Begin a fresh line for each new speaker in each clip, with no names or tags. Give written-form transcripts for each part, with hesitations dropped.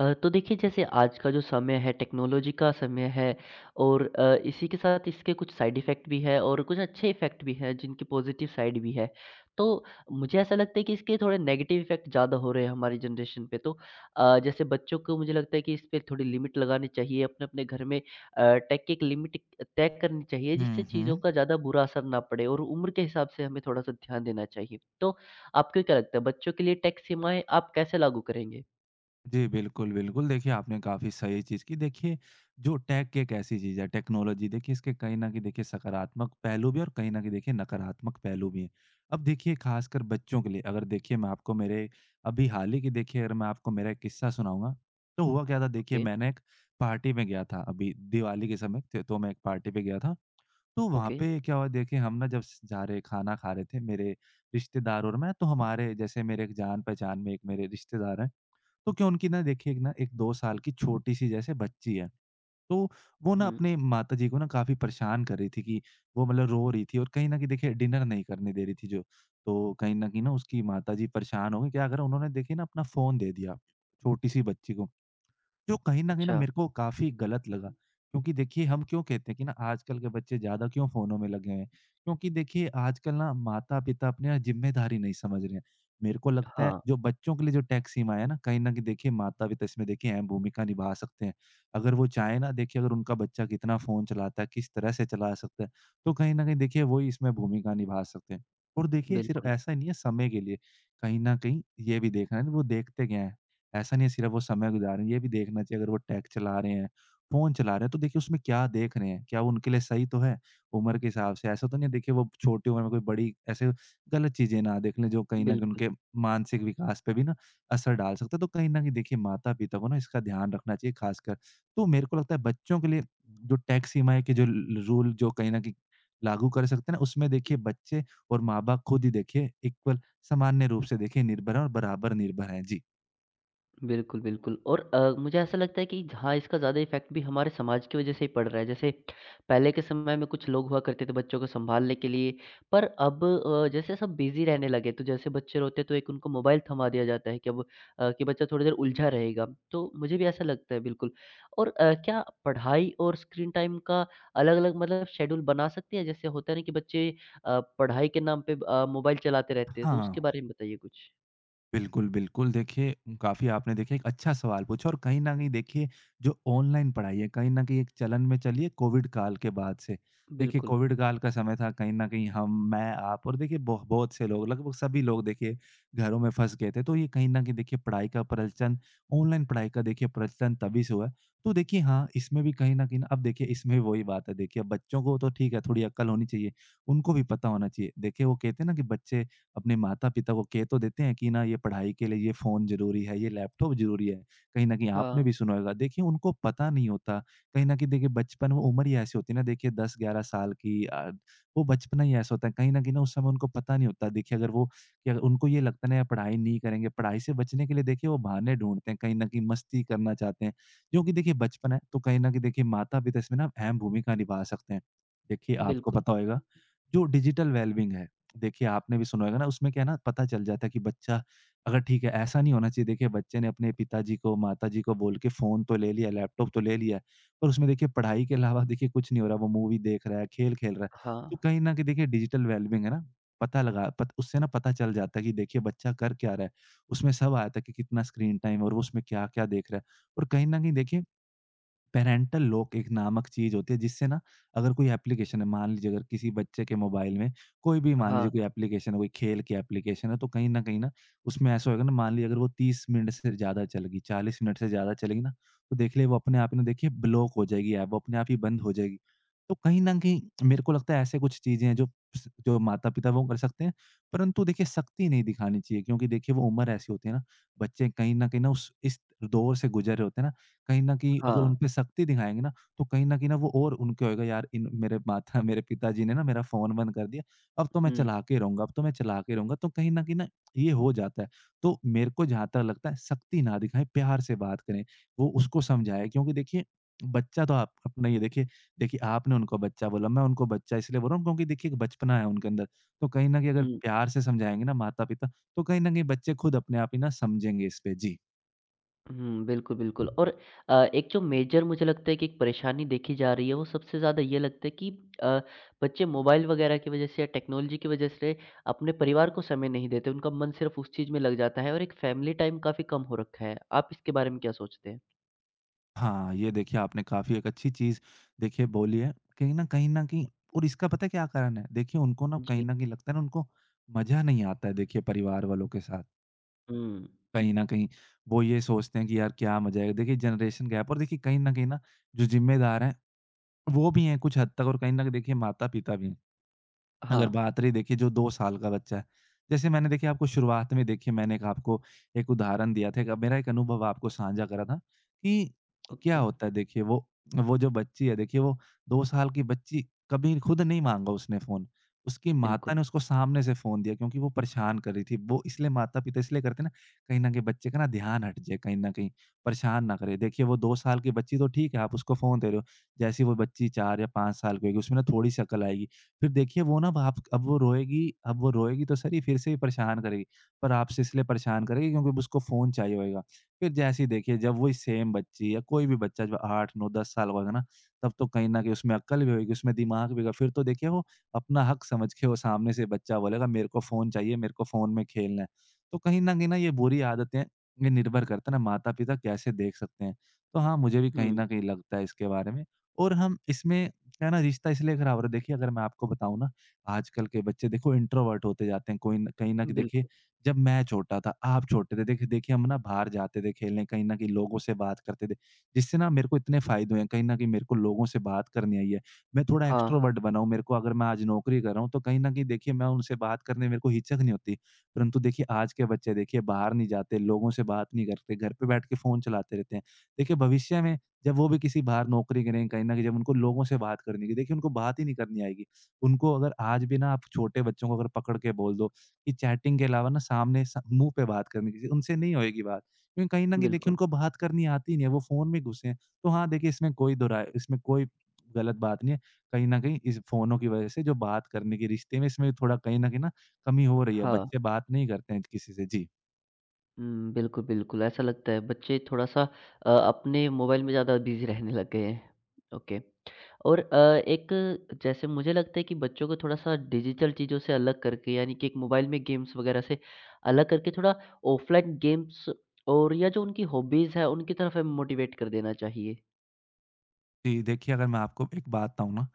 तो देखिए जैसे आज का जो समय है टेक्नोलॉजी का समय है और इसी के साथ इसके कुछ साइड इफ़ेक्ट भी है और कुछ अच्छे इफ़ेक्ट भी हैं जिनकी पॉज़िटिव साइड भी है। तो मुझे ऐसा लगता है कि इसके थोड़े नेगेटिव इफ़ेक्ट ज़्यादा हो रहे हैं हमारी जनरेशन पे। तो जैसे बच्चों को मुझे लगता है कि इस पे थोड़ी लिमिट लगानी चाहिए अपने-अपने घर में टेक की एक लिमिट तय करनी चाहिए जिससे
हुँ,
चीज़ों
हुँ।
का ज़्यादा बुरा असर ना पड़े और उम्र के हिसाब से हमें थोड़ा-सा ध्यान देना चाहिए। तो आपको क्या लगता है बच्चों के लिए टेक सीमाएँ आप कैसे लागू करेंगे?
जी, बिल्कुल, बिल्कुल। देखिए, आपने काफ़ी सही चीज़ की। देखिए, जो टेक एक ऐसी चीज़ है, टेक्नोलॉजी, देखिए, इसके कहीं न कहीं, देखिए, सकारात्मक पहलू भी हैं और कहीं न कहीं, देखिए, नकारात्मक पहलू भी हैं। अब देखिए, खासकर बच्चों के लिए, अगर देखिए, मैं आपको मेरे अभी हाल ही की, देखिए, अगर मैं आपको मेरा एक किस्सा सुनाऊँगा, तो हुआ क्या था, देखिए,
ओके,
मैंने एक पार्टी में गया था, अभी दिवाली के समय, त तो मैं एक पार्टी पे गया था। तो वहाँ
ओके।
पे क्या हुआ, देखिए, हम ना जब स जा रहे खाना खा रहे थे, मेरे रिश्तेदार और मैं, तो हमारे जैसे मेरे एक जान-पहचान में एक मेरे रिश्तेदार हैं। तो क्या उनकी ना देखिए एक ना 1-2 साल की छोटी-सी जैसे बच्ची है। तो वो ना
हुँ।
अपने माताजी को ना काफ़ी परेशान कर रही थी कि वो मतलब रो रही थी और कहीं न कहीं देखिए डिनर नहीं करने दे रही थी जो। तो कहीं न कहीं ना उसकी माताजी परेशान हो गईं, क्या करा उन्होंने देखिए ना अपना फ़ोन दे दिया, छोटी-सी बच्ची को। जो कहीं न कहीं ना
अच्छा।
मेरे को काफ़ी गलत लगा। क्योंकि देखिए हम क्यों कहते हैं कि ना आजकल के बच्चे ज़्यादा क्यों फ़ोनों में लगे हुए हैं? क्योंकि देखिए आजकल ना माता-पिता अपनी ना ज़िम्मेदारी नहीं समझ रहे हैं। मेरे को लगता है
हाँ।
जो बच्चों के लिए जो टैक्स सीमाएँ है ना, कहीं न कहीं देखिए माता-पिता इसमें देखिए अहम भूमिका निभा सकते हैं। अगर वो चाहें ना देखिए अगर उनका बच्चा कितना फ़ोन चलाता है, किस तरह से चला सकता है, तो कहीं न कहीं देखिए वो ही इसमें भूमिका निभा सकते हैं। और देखिए सिर्फ़
बिल्कुल,
ऐसा ही नहीं है समय के लिए, कहीं न कहीं ये भी देखना है वो देखते क्या हैं? ऐसा नहीं है सिर्फ वो समय गुजार रहे हैं, ये भी देखना चाहिए अगर वो टेक चला रहे हैं, फ़ोन चला रहे हैं तो देखिए उसमें क्या देख रहे हैं? क्या वो उनके लिए सही तो है? उम्र के हिसाब से ऐसा तो नहीं है देखिए वो छोटी उम्र में कोई बड़ी ऐसे गलत चीज़ें ना देख लें जो कहीं न कहीं
बिल्कुल।
उनके मानसिक विकास पे भी ना असर डाल सकता है। तो कहीं न कहीं देखिए माता-पिता को ना इसका ध्यान रखना चाहिए खासकर। तो मेरे को लगता है बच्चों के लिए जो टेक सीमाएँ के जो ल रूल जो कहीं न कहीं लागू कर सकते हैं ना उसमें देखिए बच्चे और माँ-बाप खुद ही देखिए इक्वल सामान्य रूप से देखिए निर्भर हैं और बराबर निर्भर हैं। जी।
बिल्कुल, बिल्कुल और मुझे ऐसा लगता है कि हाँ, इसका ज़्यादा इफ़ेक्ट भी हमारे समाज की वज़ह से ही पड़ रहा है। जैसे पहले के समय में कुछ लोग हुआ करते थे बच्चों को सँभालने के लिए, पर अब जैसे सब बिज़ी रहने लगे, तो जैसे बच्चे रोते हैं तो एक उनको मोबाइल थमा दिया जाता है कि अब अ, कि बच्चा थोड़ी देर उलझा रहेगा। तो मुझे भी ऐसा लगता है बिल्कुल। और क्या पढ़ाई और स्क्रीन टाइम का अलग-अलग मतलब शेड्यूल बना सकते हैं? जैसे होता है ना कि बच्चे पढ़ाई के नाम पे मोबाइल चलाते रहते हैं, तो उसके
हाँ।
बारे में बताइए कुछ?
बिल्कुल, बिल्कुल। देखिए, काफ़ी आपने देखिए एक अच्छा सवाल पूछा और कहीं न कहीं देखिए जो ऑनलाइन पढ़ाई है, कहीं न कहीं एक चलन में चली है कोविड काल के बाद से। देखिए,
बिल्कुल।
कोविड काल का समय था कहीं न कहीं हम, मैं, आप और देखिए बहुत से लोग लगभग सभी लोग देखिए घरों में फँस गए थे। तो ये कहीं न कहीं देखिए पढ़ाई का प्रचलन ऑनलाइन पढ़ाई का देखिए प्रचलन तभी से हुआ है। तो देखिए हाँ, इसमें भी कहीं न कहीं ना, अब देखिए इसमें भी वही बात है देखिए अब बच्चों को तो ठीक है थोड़ी अक्ल होनी चाहिए। उनको भी पता होना चाहिए। देखिए वो कहते हैं ना कि बच्चे अपने माता-पिता को कह तो देते हैं कि ना ये पढ़ाई के लिए ये फ़ोन ज़रूरी है, ये लैपटॉप ज़रूरी है। कहीं न कहीं आपने
हाँ,
भी सुना होगा। देखिए उनको पता नहीं होता। कहीं न कहीं देखिए बचपन वो उम्र ही ऐसी होती है ना देखिए 10-11 साल की वो बचपना ही ऐसा होता है। कहीं न कहीं ना उस समय उनको पता नहीं होता। देखिए अगर वो कि अगर उनको ये लगता है ना यार पढ़ाई नहीं करेंगे, पढ़ाई से बचने के लिए देखिए वो बहाने ढूँढते हैं। कहीं न कहीं मस्ती करना चाहते हैं। क्योंकि देखिए बचपन है तो कहीं न कहीं देखिए माता-पिता इसमें ना अहम भूमिका निभा सकते हैं। देखिए आपको
बिल्कुल।
पता होएगा जो डिजिटल वेल-बीइंग है देखिए, आपने भी सुना होगा ना, उसमें क्या है ना, पता चल जाता है कि बच्चा अगर ठीक है, ऐसा नहीं होना चाहिए। देखिए, बच्चे ने अपने पिताजी को, माताजी को बोल के फ़ोन तो ले लिया, लैपटॉप तो ले लिया है, पर उसमें देखिए पढ़ाई के अलावा देखिए कुछ नहीं हो रहा। वो मूवी देख रहा है, खेल खेल रहा है।
हाँ,
तो कहीं न कहीं देखिए डिजिटल वेल-बीइंग है ना, पता लगा पत उससे ना पता चल जाता है कि देखिए बच्चा कर क्या रहा है। उसमें सब आया था कि कितना स्क्रीन टाइम और वो उसमें क्या-क्या देख रहा है। और कहीं न कहीं देखिए पैरेंटल लॉक एक नामक चीज़ होती है, जिससे ना अगर कोई एप्लीकेशन है, मान लीजिए अगर किसी बच्चे के मोबाइल में कोई भी मान
हाँ,
लीजिए कोई एप्लीकेशन है, कोई खेल की एप्लीकेशन है, तो कहीं न कहीं ना उसमें ऐसा होएगा ना मान लीजिए अगर वो 30 मिनट से ज़्यादा चलेगी, 40 मिनट से ज़्यादा चलेगी ना, तो देख लीजिए वो अपने आप ही ना देखिए ब्लॉक हो जाएगी ऐप, वो अपने आप ही बंद हो जाएगी। तो कहीं न कहीं मेरे को लगता है ऐसे कुछ चीज़ें हैं जो स जो माता-पिता वो कर सकते हैं, परंतु देखिए सख्ती नहीं दिखानी चाहिए क्योंकि देखिए वो उम्र ऐसी होती है ना, बच्चे कहीं न कहीं ना उस इस दौर से गुज़र रहे होते हैं ना कहीं न कहीं अगर
हाँ।
उन पे सख्ती दिखाएँगे ना, तो कहीं न कहीं ना वो और उनको होएगा यार इन मेरे माता मेरे पिताजी ने ना मेरा फ़ोन बंद कर दिया, अब तो मैं
हुँ,
चला के रहूँगा अब तो मैं चला के रहूँगा, तो कहीं न कहीं ना ये हो जाता है। तो मेरे को जहाँ तक लगता है सख्ती ना दिखाएँ, प्यार से बात करें, वो उसको समझाएँ क्योंकि देखिए बच्चा तो आप अपना ही है देखिए देखिए आपने उनको बच्चा बोला, मैं उनको बच्चा इसलिए बोल रहा हूँ क्योंकि देखिए एक बचपना है उनके अंदर, तो कहीं न कहीं अगर
हुँ,
प्यार से समझाएँगे ना माता-पिता, तो कहीं न कहीं बच्चे खुद अपने आप ही ना समझेंगे इस पे। जी।
हुँ, बिल्कुल, बिल्कुल और एक जो मेजर मुझे लगता है कि एक परेशानी देखी जा रही है, वो सबसे ज़्यादा ये लगता है कि अ, बच्चे मोबाइल वगैरह की वजह से या टेक्नोलॉजी की वजह से अपने परिवार को समय नहीं देते, उनका मन सिर्फ़ उस चीज़ में लग जाता है और एक फैमिली टाइम काफ़ी कम हो रखा है। आप इसके बारे में क्या सोचते हैं?
हाँ, ये देखिए आपने काफ़ी एक अच्छी चीज़ देखिए बोली है। कहीं न कहीं और इसका पता है क्या कारण है? देखिए उनको ना कहीं
जी।
न कहीं लगता है ना उनको मज़ा नहीं आता है देखिए परिवार वालों के साथ।
हुँ।
कहीं न कहीं वो ये सोचते हैं कि यार क्या मज़ा आएगा। देखिए जनरेशन गैप और देखिए कहीं न कहीं ना जो ज़िम्मेदार हैं, वो भी हैं कुछ हद तक और कहीं न कहीं देखिए माता-पिता भी हैं।
हाँ,
अगर बात रही देखिए जो 2 साल का बच्चा है, जैसे मैंने देखिए आपको शुरुआत में देखिए मैंने एक आपको एक उदाहरण दिया था, एक मेरा एक अनुभव आपको साझा करा था कि क्या
ओके,
होता है देखिए वो जो बच्ची है देखिए वो 2 साल की बच्ची कभी खुद नहीं माँगा उसने फ़ोन। उसकी
बिल्कुल।
माता ने उसको सामने से फ़ोन दिया क्योंकि वो परेशान कर रही थी। वो इसलिए माता-पिता इसलिए करते हैं ना, कहीं न कहीं बच्चे का ना ध्यान हट जाए कहीं न कहीं, परेशान ना करे। देखिए वो 2 साल की बच्ची तो ठीक है आप उसको फ़ोन दे रहे हो, जैसे ही वो बच्ची 4 या 5 साल की होगी उसमें ना थोड़ी-सी अकल आएगी। फिर देखिए वो ना अब आप अब वो रोएगी तो सही फिर से ही परेशान करेगी, पर आपसे इसलिए परेशान करेगी क्योंकि अब उसको फ़ोन चाहिए होएगा। फिर जैसे ही देखिए जब वही सेम बच्ची या कोई भी बच्चा जब 8, 9, 10 साल का होगा ना, तब तो कहीं न कहीं उसमें अक्ल भी होएगी, उसमें दिमाग भी होगा। फिर तो देखिए वो अपना हक समझ के वो सामने से बच्चा बोलेगा मेरे को फ़ोन चाहिए, मेरे को फ़ोन में खेलना है। तो कहीं न कहीं ना ये बुरी आदतें ये निर्भर करता है ना माता-पिता कैसे देख सकते हैं। तो हाँ, मुझे भी कहीं
हुँ,
न कहीं लगता है इसके बारे में और हम इसमें क्या है ना रिश्ता इसलिए खराब हो रहा है देखिए अगर मैं आपको बताऊँ ना आजकल के बच्चे देखो इंट्रोवर्ट होते जाते हैं कोई न कहीं न देखिए
बिल्कुल।
जब मैं छोटा था, आप छोटे थे देखिए देखिए हम ना बाहर जाते थे खेलने कहीं न कहीं लोगों से बात करते थे, जिससे ना मेरे को इतने फ़ायदे हुए हैं कहीं न कहीं मेरे को लोगों से बात करनी आई है। मैं थोड़ा
हाँ,
एक्स्ट्रोवर्ट बना हूँ मेरे को अगर मैं आज नौकरी कर रहा हूँ तो कहीं न कहीं देखिए मैं उनसे बात करने मेरे को हिचक नहीं होती। परंतु देखिए आज के बच्चे देखिए बाहर नहीं जाते, लोगों से बात नहीं करते, घर पे बैठ के फ़ोन चलाते रहते हैं। देखिए भविष्य में जब वो भी किसी बाहर नौकरी करेंगे कहीं न कहीं जब उनको लोगों से बात करनी है देखिए उनको बात ही नहीं करनी आएगी। उनको अगर आज भी ना आप छोटे बच्चों को अगर पकड़ के बोल दो कि चैटिंग के अलावा ना सामने स मुँह पे बात करनी किसी उनसे नहीं होएगी बात। क्योंकि कहीं न कहीं देखिए
बिल्कुल।
उनको बात करनी आती नहीं है, वो फ़ोन में घुसे हैं। तो हाँ, देखिए इसमें कोई दोहराए इसमें कोई गलत बात नहीं है। कहीं न कहीं इस फ़ोनों की वज़ह से जो बात करने के रिश्ते में इसमें थोड़ा कहीं न कहीं ना कमी हो रही है।
हाँ।
बच्चे बात नहीं करते हैं किसी से। जी।
हुँ, बिल्कुल, बिल्कुल, ऐसा लगता है बच्चे थोड़ा-सा अपने मोबाइल में ज़्यादा बिज़ी रहने लग गए हैं। ओके। और एक जैसे मुझे लगता है कि बच्चों को थोड़ा-सा डिजिटल चीज़ों से अलग करके यानी कि एक मोबाइल में गेम्स वग़ैरह से अलग करके थोड़ा ऑफ़लाइन गेम्स और या जो उनकी हॉबीज़ हैं, उनकी तरफ हमें मोटिवेट कर देना चाहिए।
जी, देखिए अगर मैं आपको एक बात बताऊँ ना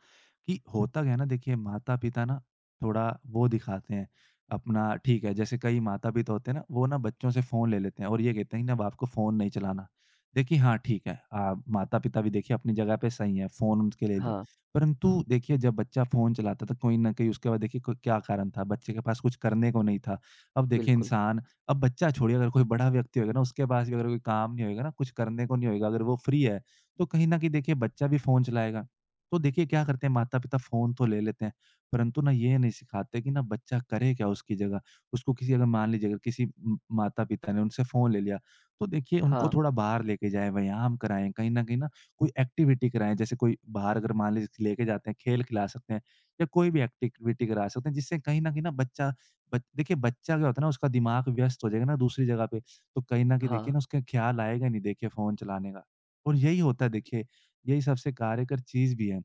कि होता क्या है ना, देखिए माता-पिता ना थोड़ा वो दिखाते हैं अपना ठीक है, जैसे कई माता-पिता होते हैं ना वो ना बच्चों से फ़ोन ले लेते हैं और ये कहते हैं कि अब आपको फ़ोन नहीं चलाना। देखिए हाँ, ठीक है, आप माता-पिता भी देखिए अपनी जगह पे सही हैं, फ़ोन उनके ले लिया।
हाँ,
परंतु देखिए जब बच्चा फ़ोन चलाता था कोई न कहीं उसके बाद देखिए क क्या कारण था, बच्चे के पास कुछ करने को नहीं था। अब देखिए
बिल्कुल।
इंसान अब बच्चा छोड़िए, अगर कोई बड़ा व्यक्ति होगा ना उसके पास भी अगर कोई काम नहीं होएगा ना, कुछ करने को नहीं होएगा, अगर वो फ्री है तो कहीं न कहीं देखिए बच्चा भी फ़ोन चलाएगा। तो देखिए क्या करते हैं माता-पिता फ़ोन तो ले लेते हैं, परंतु ना ये नहीं सिखाते कि ना बच्चा करे क्या उसकी जगह। उसको किसी अगर मान लीजिए अगर किसी म माता-पिता ने उनसे फ़ोन ले लिया, तो देखिए उनको
हाँ,
थोड़ा बाहर लेके जाएँ, व्यायाम कराएँ, कहीं न कहीं ना कोई एक्टिविटी कराएँ। जैसे कोई बाहर अगर मान लीजिए लेके जाते हैं, खेल खिला सकते हैं या कोई भी एक्टिविटी करा सकते हैं जिससे कहीं न कहीं ना बच्चा बच देखिए बच्चा क्या होता है ना, उसका दिमाग व्यस्त हो जाएगा ना दूसरी जगह पे, तो कहीं न कहीं
हाँ,
देखिए ना उसका ख़्याल आएगा नहीं देखिए फ़ोन चलाने का। और यही होता है देखिए, यही सबसे कार्यकर चीज़ भी है।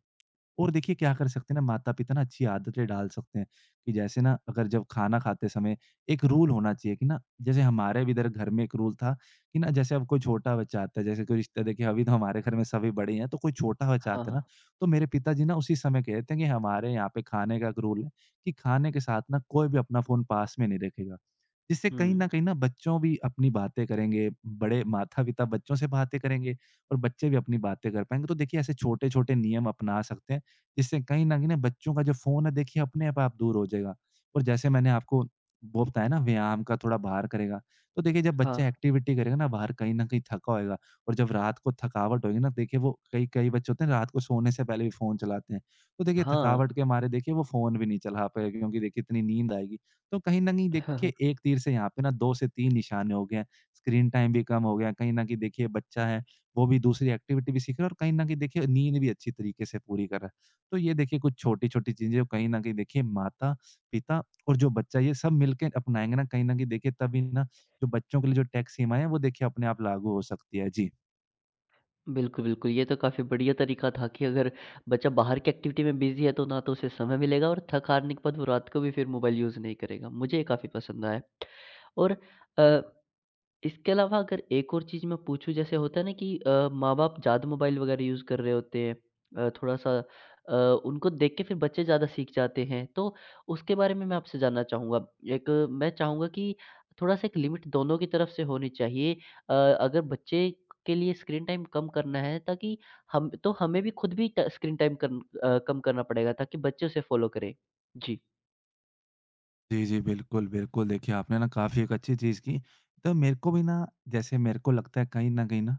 और देखिए क्या कर सकते हैं ना, माता-पिता ना अच्छी आदतें डाल सकते हैं, कि जैसे ना अगर जब खाना खाते समय एक रूल होना चाहिए कि ना, जैसे हमारे भी इधर घर में एक रूल था कि ना, जैसे अब कोई छोटा बच्चा आता है, जैसे कोई रिश्ता देखिए अभी तो हमारे घर में सभी बड़े ही हैं, तो कोई छोटा बच्चा
हाँ,
आता है ना,
हाँ।
तो मेरे पिताजी ना उसी समय कह देते हैं कि हमारे यहाँ पे खाने का एक रूल है कि खाने के साथ ना कोई भी अपना फ़ोन पास में नहीं रखेगा। जिससे कहीं
हुँ।
न कहीं ना बच्चों भी अपनी बातें करेंगे, बड़े माता-पिता बच्चों से बातें करेंगे और बच्चे भी अपनी बातें कर पाएँगे। तो देखिए ऐसे छोटे-छोटे नियम अपना सकते हैं। इससे कहीं न कहीं ना बच्चों का जो फ़ोन है देखिए अपने आप दूर हो जाएगा। और जैसे मैंने आपको वो बताया ना व्यायाम का थोड़ा बाहर करेगा, तो देखिए जब
हाँ,
बच्चा एक्टिविटी करेगा ना बाहर कहीं न कहीं थका होएगा और जब रात को थकावट होएगी ना, देखिए वो कई कई बच्चे होते हैं रात को सोने से पहले भी फ़ोन चलाते हैं। तो देखिए
हाँ।
थकावट के मारे देखिए वो फ़ोन भी नहीं चला पाएगा क्योंकि देखिए इतनी नींद आएगी। तो कहीं न कहीं देखिए एक तीर से यहाँ पे ना 2 से 3 निशाने हो गए हैं। स्क्रीन टाइम भी कम हो गया, कहीं न कहीं देखिए बच्चा है वो भी दूसरी एक्टिविटी भी सीख रहा है और कहीं न कहीं देखिए नींद भी अच्छी तरीके से पूरी कर रहा है। तो ये देखिए कुछ छोटी-छोटी चीज़ें कहीं न कहीं देखिए माता-पिता और जो बच्चा ये सब मिलके अपनाएँगे ना कहीं न कहीं देखिए तभी ना जो बच्चों के लिए जो टैक्स सीमाएँ हैं वो देखिए अपने आप लागू हो सकती है। जी।
बिल्कुल, बिल्कुल। ये तो काफ़ी बढ़िया तरीका था कि अगर बच्चा बाहर की एक्टिविटी में बिज़ी है तो ना तो उसे समय मिलेगा और थक हारने के बाद वो रात को भी फिर मोबाइल यूज़ नहीं करेगा। मुझे ये काफ़ी पसंद आया। और अ इसके अलावा अगर एक और चीज़ मैं पूछूँ जैसे होता है ना कि माँ-बाप ज़्यादा मोबाइल वग़ैरह यूज़ कर रहे होते हैं थोड़ा-सा अ, उनको देख के फिर बच्चे ज़्यादा सीख जाते हैं। तो उसके बारे में मैं आपसे जानना चाहूँगा। एक मैं चाहूँगा कि थोड़ा-सा एक लिमिट दोनों की तरफ से होनी चाहिए। अ, अगर बच्चे के लिए स्क्रीन टाइम कम करना है ताकि हम तो हमें भी खुद भी ट स्क्रीन टाइम कम करना पड़ेगा ताकि बच्चे उसे फ़ॉलो करें। जी,
जी, जी। बिल्कुल, बिल्कुल। देखिए आपने ना काफ़ी एक अच्छी चीज़ की। तो मेरे को भी ना जैसे मेरे को लगता है कहीं न कहीं ना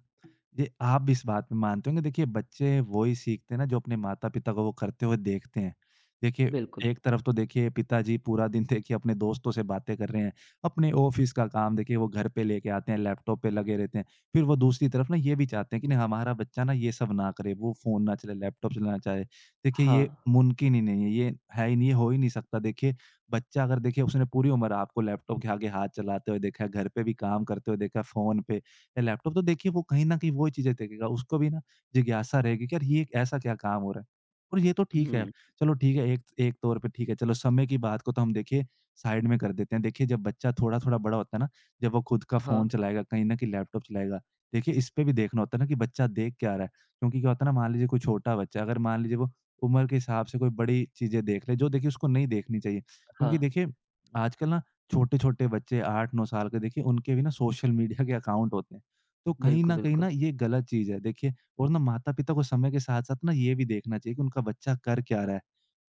ये आप भी इस बात में मानते होंगे, देखिए बच्चे वो ही सीखते हैं ना जो अपने माता-पिता को वो करते हुए देखते हैं। देखिए
बिल्कुल।
एक तरफ तो देखिए पिताजी पूरा दिन देखिए अपने दोस्तों से बातें कर रहे हैं, अपने ऑफ़िस का काम देखिए वो घर पे लेके आते हैं, लैपटॉप पे लगे रहते हैं। फिर वो दूसरी तरफ ना ये भी चाहते हैं कि नहीं हमारा बच्चा ना ये सब ना करे, वो फ़ोन ना चलाए, लैपटॉप चलाना चाहे। देखिए ये
हाँ।
मुमकिन ही नहीं है, ये है ही नहीं, ये हो ही नहीं सकता। देखिए बच्चा अगर देखिए उसने पूरी उम्र आपको लैपटॉप के आगे हाथ चलाते हुए देखा है, घर पे भी काम करते हुए देखा है, फ़ोन पे या लैपटॉप, तो देखिए वो कहीं न कहीं वो ही चीज़ें देखेगा। उसको भी ना जिज्ञासा रहेगी कि यार ये ऐसा क्या काम हो रहा है? और ये तो ठीक है,
हुँ।
चलो ठीक है, एक एक तौर पे ठीक है, चलो समय की बात को तो हम देखिए साइड में कर देते हैं। देखिए जब बच्चा थोड़ा-थोड़ा बड़ा होता है ना, जब वो खुद का
हाँ,
फ़ोन चलाएगा, कहीं न कहीं लैपटॉप चलाएगा, देखिए इस पे भी देखना होता है ना कि बच्चा देख क्या रहा है? क्योंकि क्या होता है ना, मान लीजिए कोई छोटा बच्चा अगर मान लीजिए वो उम्र के हिसाब से कोई बड़ी चीज़ें देख ले, जो देखिए उसको नहीं देखनी चाहिए। क्योंकि
हाँ।
देखिए आजकल ना छोटे-छोटे बच्चे 8-9 साल के देखिए उनके भी ना सोशल मीडिया के अकाउंट होते हैं। तो
बिल्कुल,
कहीं
बिल्कुल।
न ये गलत चीज़ है। देखिए और ना माता-पिता को समय के साथ-साथ ना ये भी देखना चाहिए कि उनका बच्चा कर क्या रहा है।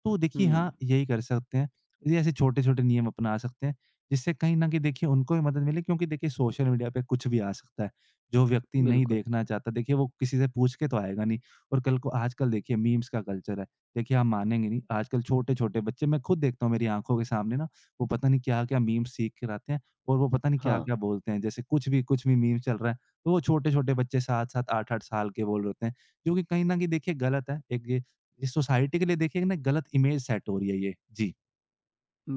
तो
हुँ।
देखिए हाँ, यही कर सकते हैं। ये ऐसे छोटे-छोटे नियम अपना सकते हैं, जिससे कहीं न कहीं देखिए उनको भी मदद मिले क्योंकि देखिए सोशल मीडिया पे कुछ भी आ सकता है। जो व्यक्ति नहीं
बिल्कुल,
देखना चाहता देखिए वो किसी से पूछ के तो आएगा नहीं, और कल को आजकल देखिए मीम्स का कल्चर है। देखिए आप मानेंगे नहीं आजकल छोटे-छोटे बच्चे मैं खुद देखता हूँ मेरी आँखों के सामने ना वो पता नहीं क्या-क्या मीम्स सीख कर आते हैं और वो पता नहीं
हाँ।
क्या-क्या बोलते हैं। जैसे कुछ भी मीम चल रहा है, तो वो छोटे-छोटे बच्चे 7-7, 8-8 साल के बोल रहे होते हैं, जो कि कहीं न कहीं देखिए गलत है। एक ये इस सोसाइटी के लिए देखिए ना गलत इमेज सेट हो रही है ये। जी।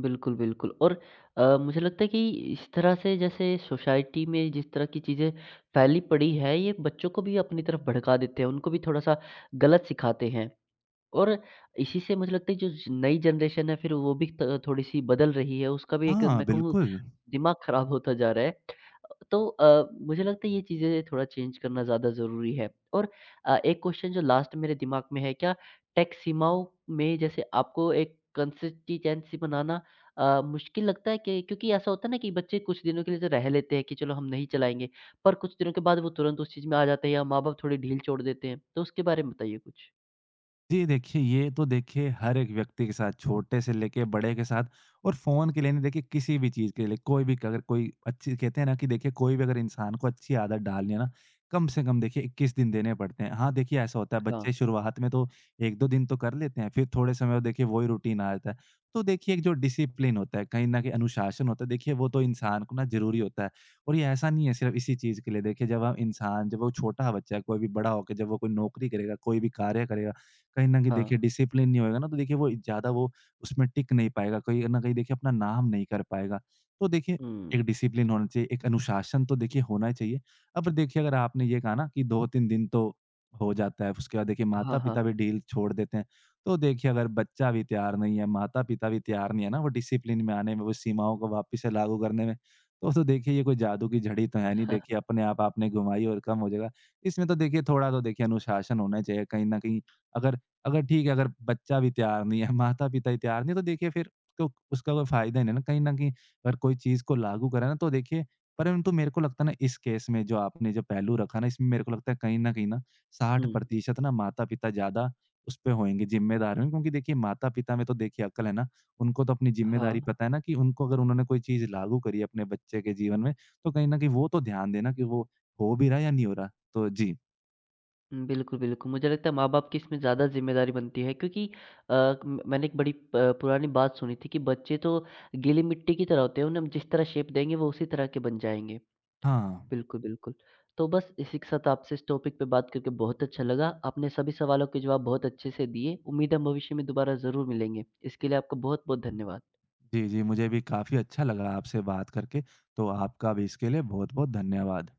बिल्कुल, बिल्कुल और मुझे लगता है कि इस तरह से जैसे सोसाइटी में जिस तरह की चीज़ें फैली पड़ी है, ये बच्चों को भी अपनी तरफ भड़का देते हैं, उनको भी थोड़ा-सा गलत सिखाते हैं। और इसी से मुझे लगता है जो नई जनरेशन है फिर वो भी त थोड़ी-सी बदल रही है, उसका भी एक
हाँ,
मैं कहूँ
बिल्कुल।
दिमाग खराब होता जा रहा है। तो मुझे लगता है ये चीज़ें थोड़ा चेंज करना ज़्यादा ज़रूरी है। और एक क्वेश्चन जो लास्ट मेरे दिमाग में है, क्या टैक्स सीमाओं में जैसे आपको एक कंसिस्टेंसी बनाना मुश्किल लगता है कि क्योंकि ऐसा होता है ना कि बच्चे कुछ दिनों के लिए तो रह लेते हैं कि चलो हम नहीं चलाएँगे, पर कुछ दिनों के बाद वो तुरंत उस चीज़ में आ जाते हैं या माँ-बाप थोड़ी ढील छोड़ देते हैं। तो उसके बारे में बताइए कुछ?
जी, देखिए ये तो देखिए हर एक व्यक्ति के साथ छोटे से लेके बड़े के साथ और फ़ोन के लिए नहीं देखिए किसी भी चीज़ के लिए, कोई भी अगर कोई अच्छी कहते हैं ना कि देखिए कोई भी अगर इंसान को अच्छी आदत डालनी है ना कम से कम देखिए 21 दिन देने पड़ते हैं। हाँ, देखिए ऐसा होता है
हाँ,
बच्चे शुरुआत में तो 1-2 दिन तो कर लेते हैं फिर थोड़े समय बाद देखिए वही रूटीन आ जाता है। तो देखिए एक जो डिसिप्लिन होता है कहीं न कहीं अनुशासन होता है देखिए वो तो इंसान को ना ज़रूरी होता है। और ये ऐसा नहीं है सिर्फ़ इसी चीज़ के लिए, देखिए जब हम इंसान जब वो छोटा बच्चा है, कोई भी बड़ा होके जब वो कोई नौकरी करेगा, कोई भी कार्य करेगा कहीं न कहीं
हाँ।
देखिए डिसिप्लिन नहीं होएगा ना, तो देखिए वो ज़्यादा वो उसमें टिक नहीं पाएगा, कहीं न कहीं देखिए अपना नाम नहीं कर पाएगा। तो देखिए
हुँ।
एक डिसिप्लिन होना चाहिए, एक अनुशासन तो देखिए होना ही चाहिए। अब देखिए अगर आपने ये कहा ना कि 2-3 दिन तो हो जाता है, उसके बाद देखिए
हाँ, हाँ।
माता-पिता भी ढील छोड़ देते हैं। तो देखिए अगर बच्चा भी तैयार नहीं है, माता-पिता भी तैयार नहीं है ना वो डिसिप्लिन में आने में, वो सीमाओं को वापस से लागू करने में, तो देखिए ये कोई जादू की झड़ी तो है नहीं, देखिए अपने आप आपने घुमाई और कम हो जाएगा। इसमें तो देखिए थोड़ा तो देखिए अनुशासन होना ही चाहिए, कहीं न कहीं अगर अगर ठीक है, अगर बच्चा भी तैयार नहीं है, माता-पिता ही तैयार नहीं है, तो देखिए फिर तो उसका कोई फ़ायदा ही नहीं है ना, कहीं न कहीं अगर कोई चीज़ को लागू करें ना, तो देखिए परंतु मेरे को लगता है ना, इस केस में जो आपने जो पहलू रखा ना, इसमें मेरे को लगता है कहीं न कहीं ना
हुँ।
60% ना माता-पिता ज़्यादा उस पे होंगे, ज़िम्मेदार होंगे क्योंकि देखिए माता-पिता में तो देखिए अक्ल है ना, उनको तो अपनी
हाँ,
ज़िम्मेदारी पता है ना कि उनको अगर उन्होंने कोई चीज़ लागू करी है अपने बच्चे के जीवन में, तो कहीं न कहीं वो तो ध्यान देना कि वो हो भी रहा है या नहीं हो रहा। तो जी।
बिल्कुल, बिल्कुल। मुझे लगता है माँ-बाप की इसमें ज़्यादा ज़िम्मेदारी बनती है क्योंकि अ, म मैंने एक बड़ी प पुरानी बात सुनी थी कि बच्चे तो गीली मिट्टी की तरह होते हैं, उन्हें हम जिस तरह शेप देंगे वो उसी तरह के बन जाएँगे।
हाँ।
बिल्कुल, बिल्कुल। तो बस इसी के साथ आपसे इस टॉपिक पे बात करके बहुत अच्छा लगा। आपने सभी सवालों के जवाब बहुत अच्छे से दिए। उम्मीद है हम भविष्य में दोबारा ज़रूर मिलेंगे। इसके लिए आपका बहुत-बहुत धन्यवाद।
जी, जी। मुझे भी काफ़ी अच्छा लगा आपसे बात करके, तो आपका भी इसके लिए बहुत-बहुत धन्यवाद।